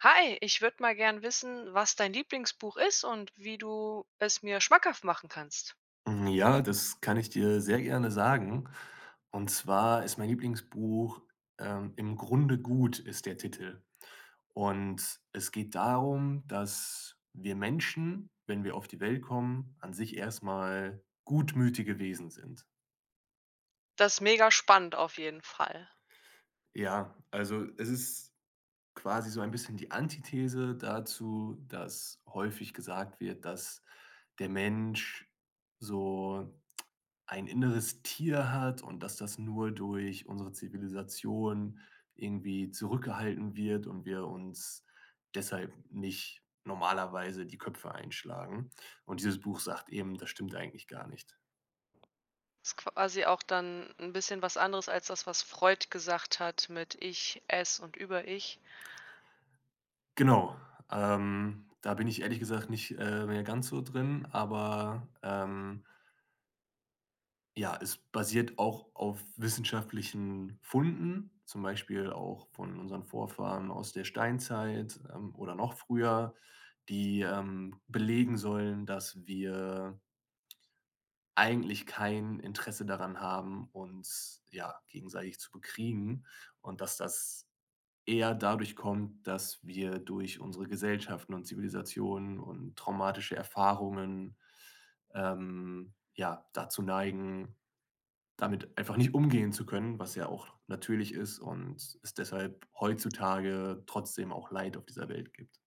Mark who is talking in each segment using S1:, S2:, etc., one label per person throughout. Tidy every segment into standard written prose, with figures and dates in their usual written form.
S1: Hi, ich würde mal gern wissen, was dein Lieblingsbuch ist und wie du es mir schmackhaft machen kannst.
S2: Ja, das kann ich dir sehr gerne sagen. Und zwar ist mein Lieblingsbuch, „Im Grunde gut" ist der Titel. Und es geht darum, dass wir Menschen, wenn wir auf die Welt kommen, an sich erstmal gutmütige Wesen sind.
S1: Das ist mega spannend auf jeden Fall.
S2: Ja, also, es ist quasi so ein bisschen die Antithese dazu, dass häufig gesagt wird, dass der Mensch so ein inneres Tier hat und dass das nur durch unsere Zivilisation irgendwie zurückgehalten wird und wir uns deshalb nicht normalerweise die Köpfe einschlagen. Und dieses Buch sagt eben, das stimmt eigentlich gar nicht.
S1: Ist quasi auch dann ein bisschen was anderes als das, was Freud gesagt hat mit Ich, Es und Über-Ich.
S2: Genau, da bin ich ehrlich gesagt nicht, mehr ganz so drin, aber, ja, es basiert auch auf wissenschaftlichen Funden, zum Beispiel auch von unseren Vorfahren aus der Steinzeit, oder noch früher, die, belegen sollen, dass wir eigentlich kein Interesse daran haben, uns, ja, gegenseitig zu bekriegen, und dass das eher dadurch kommt, dass wir durch unsere Gesellschaften und Zivilisationen und traumatische Erfahrungen, ja, dazu neigen, damit einfach nicht umgehen zu können, was ja auch natürlich ist, und es deshalb heutzutage trotzdem auch Leid auf dieser Welt gibt.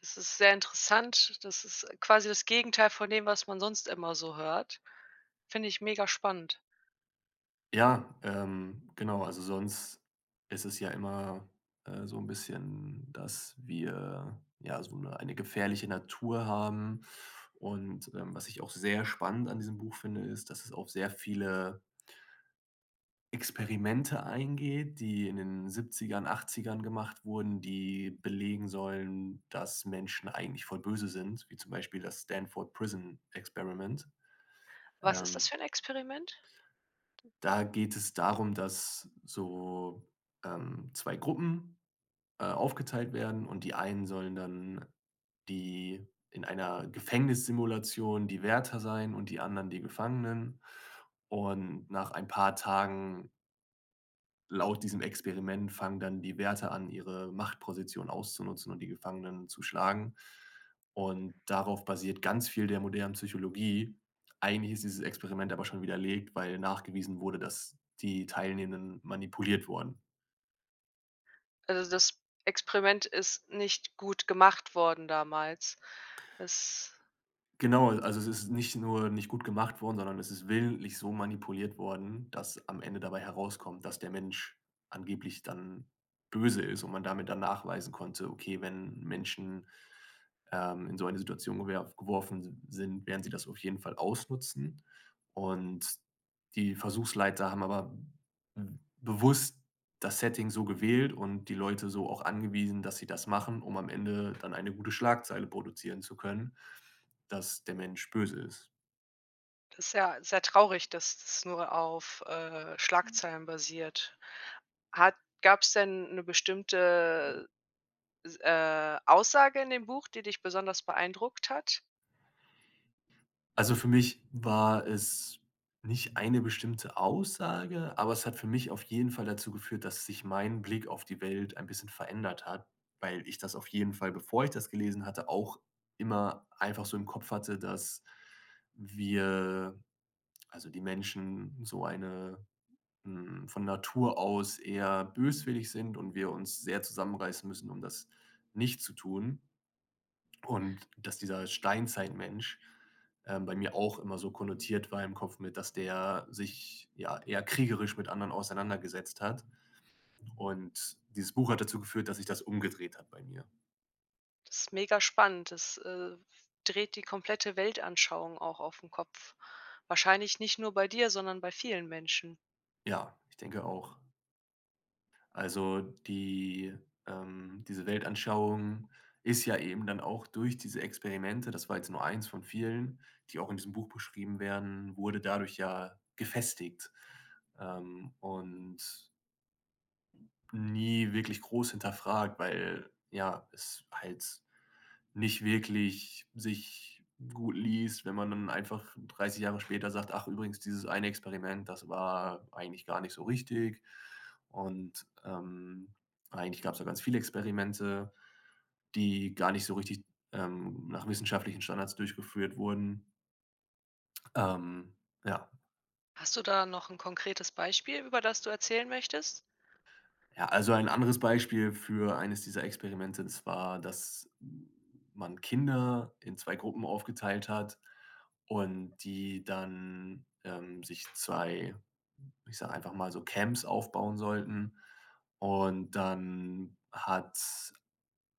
S1: Das ist sehr interessant. Das ist quasi das Gegenteil von dem, was man sonst immer so hört. Finde ich mega spannend.
S2: Ja, genau, also sonst ist es ja immer, so ein bisschen, dass wir, ja, so eine gefährliche Natur haben. Und, was ich auch sehr spannend an diesem Buch finde, ist, dass es auf sehr viele Experimente eingeht, die in den 70ern gemacht wurden, die belegen sollen, dass Menschen eigentlich voll böse sind, wie zum Beispiel das Stanford Prison Experiment.
S1: Was ist das
S2: Ähm,
S1: für 'n Experiment?
S2: Da geht es darum, dass so, 2 Gruppen, aufgeteilt werden, und die einen sollen dann die in einer Gefängnissimulation die Wärter sein und die anderen die Gefangenen. Und nach ein paar Tagen. Laut diesem Experiment fangen dann die Wärter an, ihre Machtposition auszunutzen und die Gefangenen zu schlagen. Und darauf basiert ganz viel der modernen Psychologie. Eigentlich ist dieses Experiment aber schon widerlegt, weil nachgewiesen wurde, dass die Teilnehmenden manipuliert wurden.
S1: Also, das Experiment ist nicht gut gemacht worden damals. Das
S2: Genau, also es ist nicht nur nicht gut gemacht worden, sondern es ist willentlich so manipuliert worden, dass am Ende dabei herauskommt, dass der Mensch angeblich dann böse ist, und man damit dann nachweisen konnte, okay, wenn Menschen, in so eine Situation gewer geworfen sind, werden sie das auf jeden Fall ausnutzen. Und die Versuchsleiter haben aber bewusst das Setting so gewählt und die Leute so auch angewiesen, dass sie das machen, um am Ende dann eine gute Schlagzeile produzieren zu können, dass der Mensch böse ist.
S1: das ist ja sehr traurig, dass das nur auf, Schlagzeilen basiert. Hat gab's denn 'ne bestimmte s Aussage in dem Buch, die dich besonders beeindruckt hat?
S2: Also, für mich war es nicht eine bestimmte Aussage, aber es hat für mich auf jeden Fall dazu geführt, dass sich mein Blick auf die Welt ein bisschen verändert hat, weil ich das auf jeden Fall, bevor ich das gelesen hatte, auch immer einfach so im Kopf hatte, dass wir, also, die Menschen so eine, von Natur aus eher böswillig sind, und wir uns sehr zusammenreißen müssen, um das nicht zu tun. Und dass dieser Steinzeitmensch, bei mir auch immer so konnotiert war im Kopf mit, dass der sich, ja, eher kriegerisch mit anderen auseinandergesetzt hat. Und dieses Buch hat dazu geführt, dass sich das umgedreht hat bei mir.
S1: Das ist mega spannend. Das, dreht die komplette Weltanschauung auch auf 'n Kopf. Wahrscheinlich nicht nur bei dir, sondern bei vielen Menschen.
S2: Ja, ich denke auch. Also, die, diese Weltanschauung ist ja eben dann auch durch diese Experimente, das war jetzt nur eins von vielen, die auch in diesem Buch beschrieben werden, wurde dadurch ja gefestigt. Und nie wirklich groß hinterfragt, weil, ja, es halt nicht wirklich sich gut liest, wenn man dann einfach 30 Jahre später sagt: „Ach übrigens, dieses eine Experiment, das war eigentlich gar nicht so richtig, und, eigentlich gab es da ganz viele Experimente, die gar nicht so richtig, nach wissenschaftlichen Standards durchgeführt wurden." Ähm, ja.
S1: Hast du da noch ein konkretes Beispiel, über das du erzählen möchtest?
S2: Ja, also ein anderes Beispiel für eines dieser Experimente, das war, dass man Kinder in 2 Gruppen aufgeteilt hat, und die dann, sich 2, ich sage einfach mal so, Camps aufbauen sollten. Und dann hat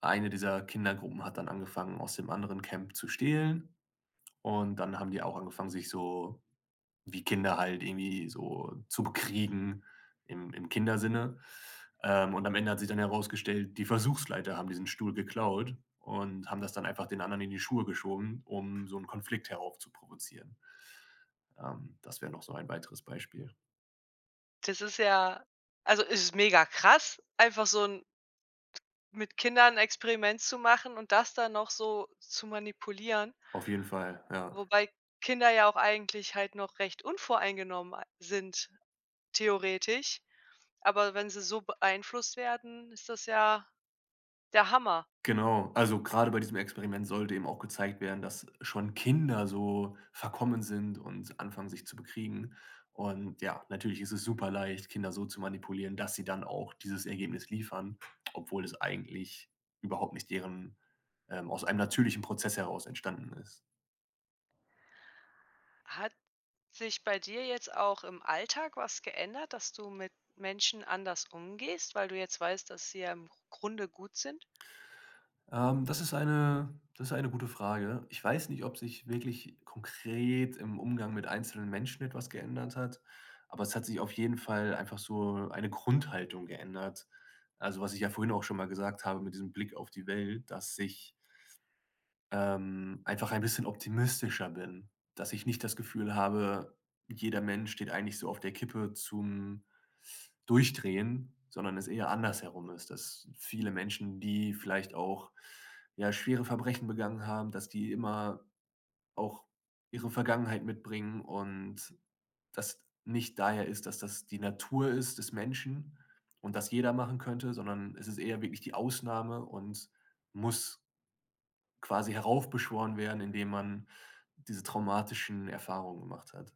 S2: eine dieser Kindergruppen hat dann angefangen, aus dem anderen Camp zu stehlen, und dann haben die auch angefangen, sich so wie Kinder halt irgendwie so zu bekriegen, im Kindersinne. Und am Ende hat sich dann herausgestellt, die Versuchsleiter haben diesen Stuhl geklaut und haben das dann einfach den anderen in die Schuhe geschoben, um so einen Konflikt heraufzuprovozieren. Das wäre noch so ein weiteres Beispiel.
S1: Das ist ja Also, es ist mega krass, einfach so ein mit Kindern 'n Experiment zu machen und das dann noch so zu manipulieren,
S2: Auf jeden Fall, ja.
S1: wobei Kinder ja auch eigentlich halt noch recht unvoreingenommen a sind, theoretisch. Aber wenn sie so beeinflusst werden, ist das ja der Hammer.
S2: Genau, also gerade bei diesem Experiment sollte eben auch gezeigt werden, dass schon Kinder so verkommen sind und anfangen, sich zu bekriegen. Und ja, natürlich ist es super leicht, Kinder so zu manipulieren, dass sie dann auch dieses Ergebnis liefern, obwohl es eigentlich überhaupt nicht deren, aus einem natürlichen Prozess heraus entstanden ist.
S1: Hat sich bei dir jetzt auch im Alltag was geändert, dass du mit Menschen anders umgehst, weil du jetzt weißt, dass sie ja im Grunde gut sind?
S2: Das ist eine gute Frage. Ich weiß nicht, ob sich wirklich konkret im Umgang mit einzelnen Menschen etwas geändert hat, aber es hat sich auf jeden Fall einfach so eine Grundhaltung geändert. Also, was ich ja vorhin auch schon mal gesagt habe mit diesem Blick auf die Welt, dass sich, einfach ein bisschen optimistischer bin, dass ich nicht das Gefühl habe, jeder Mensch steht eigentlich so auf der Kippe zum Durchdrehen, sondern es eher andersherum ist, dass viele Menschen, die vielleicht auch, ja, schwere Verbrechen begangen haben, dass die immer auch ihre Vergangenheit mitbringen, und das nicht daher ist, dass das die Natur ist des Menschen und das jeder machen könnte, sondern es ist eher wirklich die Ausnahme und muss quasi heraufbeschworen werden, indem man diese traumatischen Erfahrungen gemacht hat.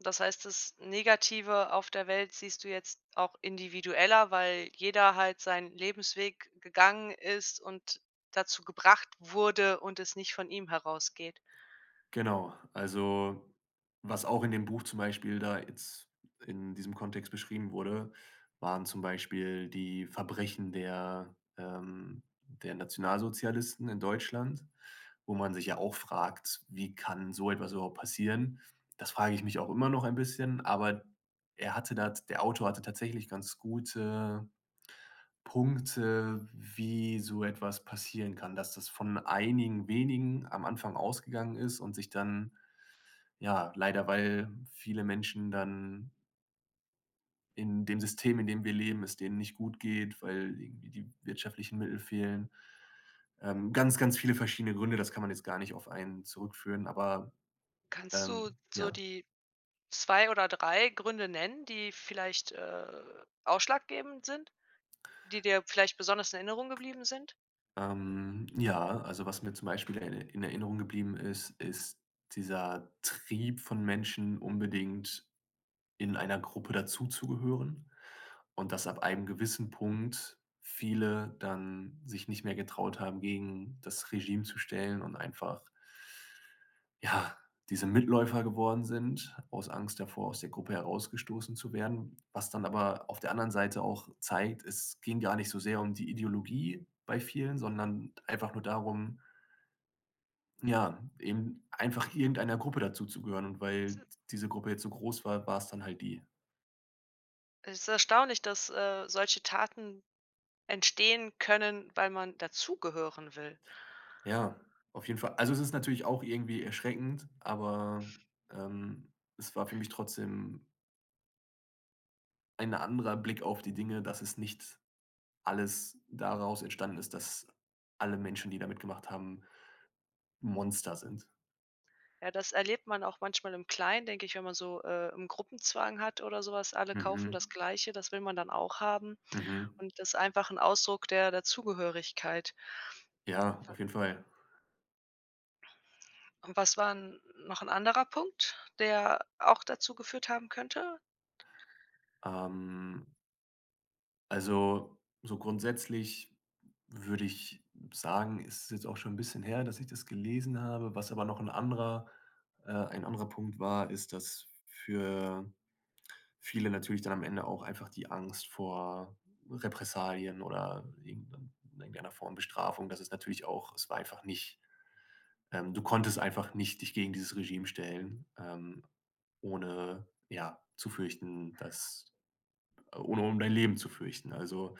S1: Das heißt, das Negative auf der Welt siehst du jetzt auch individueller, weil jeder halt seinen Lebensweg gegangen ist und dazu gebracht wurde und es nicht von ihm herausgeht.
S2: Genau, also was auch in dem Buch zum Beispiel da jetzt in diesem Kontext beschrieben wurde, waren zum Beispiel die Verbrechen der Nationalsozialisten in Deutschland, wo man sich ja auch fragt, wie kann so etwas überhaupt passieren? Das frage ich mich auch immer noch ein bisschen, aber er hatte da, der Autor hatte tatsächlich ganz gute Punkte, wie so etwas passieren kann, dass das von einigen wenigen am Anfang ausgegangen ist und sich dann, ja, leider, weil viele Menschen dann in dem System, in dem wir leben, es denen nicht gut geht, weil irgendwie die wirtschaftlichen Mittel fehlen. Ganz, ganz viele verschiedene Gründe, das kann man jetzt gar nicht auf einen zurückführen, aber,
S1: Kannst du so
S2: ja.
S1: die 2 oder 3 Gründe nennen, die vielleicht, ausschlaggebend sind, die dir vielleicht besonders in Erinnerung geblieben sind?
S2: Ja, also was mir zum Beispiel in Erinnerung geblieben ist, ist dieser Trieb von Menschen, unbedingt in einer Gruppe dazuzugehören, und dass ab einem gewissen Punkt viele dann sich nicht mehr getraut haben, gegen das Regime zu stellen und einfach, ja, diese Mitläufer geworden sind, aus Angst davor, aus der Gruppe herausgestoßen zu werden. Was dann aber auf der anderen Seite auch zeigt, es ging gar nicht so sehr um die Ideologie bei vielen, sondern einfach nur darum, ja, eben einfach irgendeiner Gruppe dazuzugehören. Und
S1: Es
S2: weil
S1: i
S2: diese Gruppe jetzt so groß war, war es dann halt die.
S1: Es ist erstaunlich, dass, solche Taten entstehen können, weil man dazugehören will.
S2: Ja, auf jeden Fall. Also, es ist natürlich auch irgendwie erschreckend, aber, ähm, es war für mich trotzdem ein anderer Blick auf die Dinge, dass es nicht alles daraus entstanden ist, dass alle Menschen, die da mitgemacht haben, Monster sind.
S1: Ja, das erlebt man auch manchmal im Kleinen, denke ich, wenn man so, 'n Gruppenzwang hat oder sowas. Alle kaufen
S2: Mhm,
S1: das Gleiche, das will man dann auch haben
S2: mhm.
S1: und das ist einfach ein Ausdruck der Dazugehörigkeit.
S2: Ja,
S1: Wa
S2: auf jeden Fall.
S1: Und was war 'n noch ein anderer Punkt, der auch dazu geführt haben könnte?
S2: Ähm, also, so grundsätzlich würde ich sagen, ist es jetzt auch schon ein bisschen her, dass ich das gelesen habe. Was aber noch ein anderer Punkt war, ist, dass für viele natürlich dann am Ende auch einfach die Angst vor Repressalien oder irgendeiner Form Bestrafung. Das ist natürlich auch, es war einfach nicht, du konntest einfach nicht dich gegen dieses Regime stellen, ohne, ja, zu fürchten, dass, ohne um dein Leben zu fürchten. Also,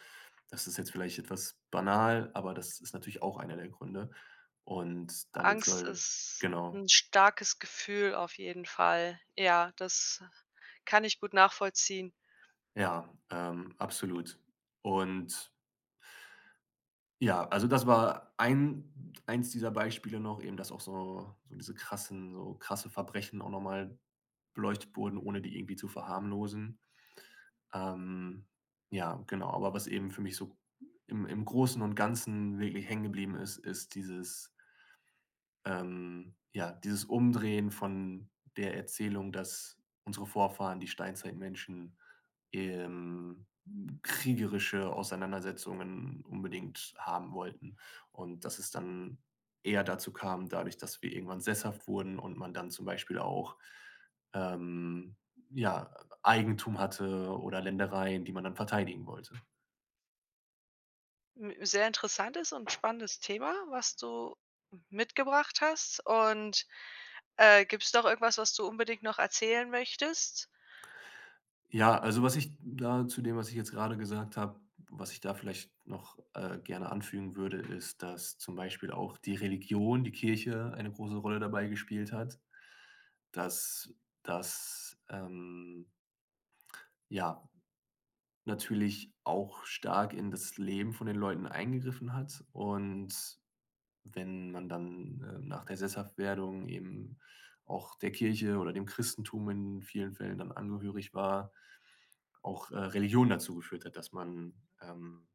S2: das ist jetzt vielleicht etwas banal, aber das ist natürlich auch einer der Gründe. Und damit
S1: Angst
S2: soll,
S1: ist
S2: genau,
S1: ein starkes Gefühl auf jeden Fall. Ja, das kann ich gut nachvollziehen.
S2: ja, absolut. Und ja, also das war eins dieser Beispiele noch, eben, dass auch so krasse Verbrechen auch noch mal beleuchtet wurden, ohne die irgendwie zu verharmlosen. Ähm, ja, genau, aber was eben für mich so im Großen und Ganzen wirklich hängen geblieben ist, ist dieses, ja, dieses Umdrehen von der Erzählung, dass unsere Vorfahren, die Steinzeitmenschen, ähm, kriegerische Auseinandersetzungen unbedingt haben wollten, und dass es dann eher dazu kam, dadurch, dass wir irgendwann sesshaft wurden und man dann zum Beispiel auch, ähm, ja, Eigentum hatte oder Ländereien, die man dann verteidigen wollte.
S1: 'N sehr interessantes und spannendes Thema, was du mitgebracht hast. Und gibt's noch irgendwas, was du unbedingt noch erzählen möchtest?
S2: Ja, also was ich da zu dem, was ich jetzt gerade gesagt habe, was ich da vielleicht noch, gerne anfügen würde, ist, dass zum Beispiel auch die Religion, die Kirche eine große Rolle dabei gespielt hat, dass das, ja, natürlich auch stark in das Leben von den Leuten eingegriffen hat. Und wenn man dann, nach der Sesshaftwerdung eben auch der Kirche oder dem Christentum in vielen Fällen dann angehörig war, auch, Religion dazu geführt hat, dass man, ähm,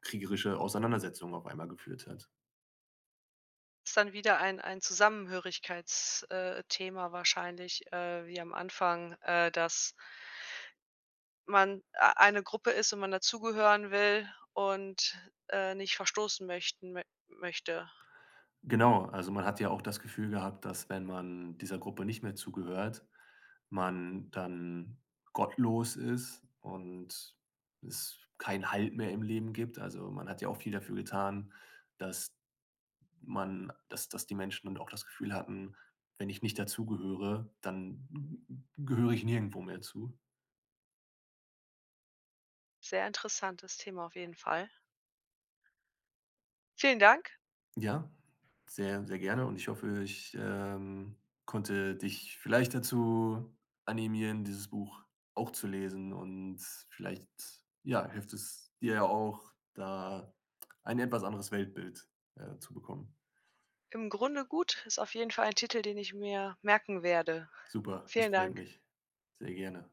S2: kriegerische Auseinandersetzungen auf einmal geführt hat.
S1: Ist dann wieder ein Zusammenhörigkeitsthema Thema wahrscheinlich, wie am Anfang, dass man ei eine Gruppe ist und man dazugehören will und, nicht verstoßen möchte.
S2: Genau, also man hat ja auch das Gefühl gehabt, dass wenn man dieser Gruppe nicht mehr zugehört, man dann gottlos ist und es keinen Halt mehr im Leben gibt. Also, man hat ja auch viel dafür getan, dass man, dass dass die Menschen dann auch das Gefühl hatten: „Wenn ich nicht dazugehöre, dann gehöre ich nirgendwo mehr zu."
S1: Sehr interessantes Thema auf jeden Fall. Vielen Dank.
S2: Ja? Sehr, sehr gerne, und ich hoffe, ich, konnte dich vielleicht dazu animieren, dieses Buch auch zu lesen, und vielleicht, ja, hilft es dir ja auch, da ein etwas anderes Weltbild, zu bekommen.
S1: Im Grunde gut, ist auf jeden Fall ein Titel, den ich mir merken werde.
S2: Super, das
S1: Vielen
S2: freut
S1: Dank.
S2: mich. Sehr gerne.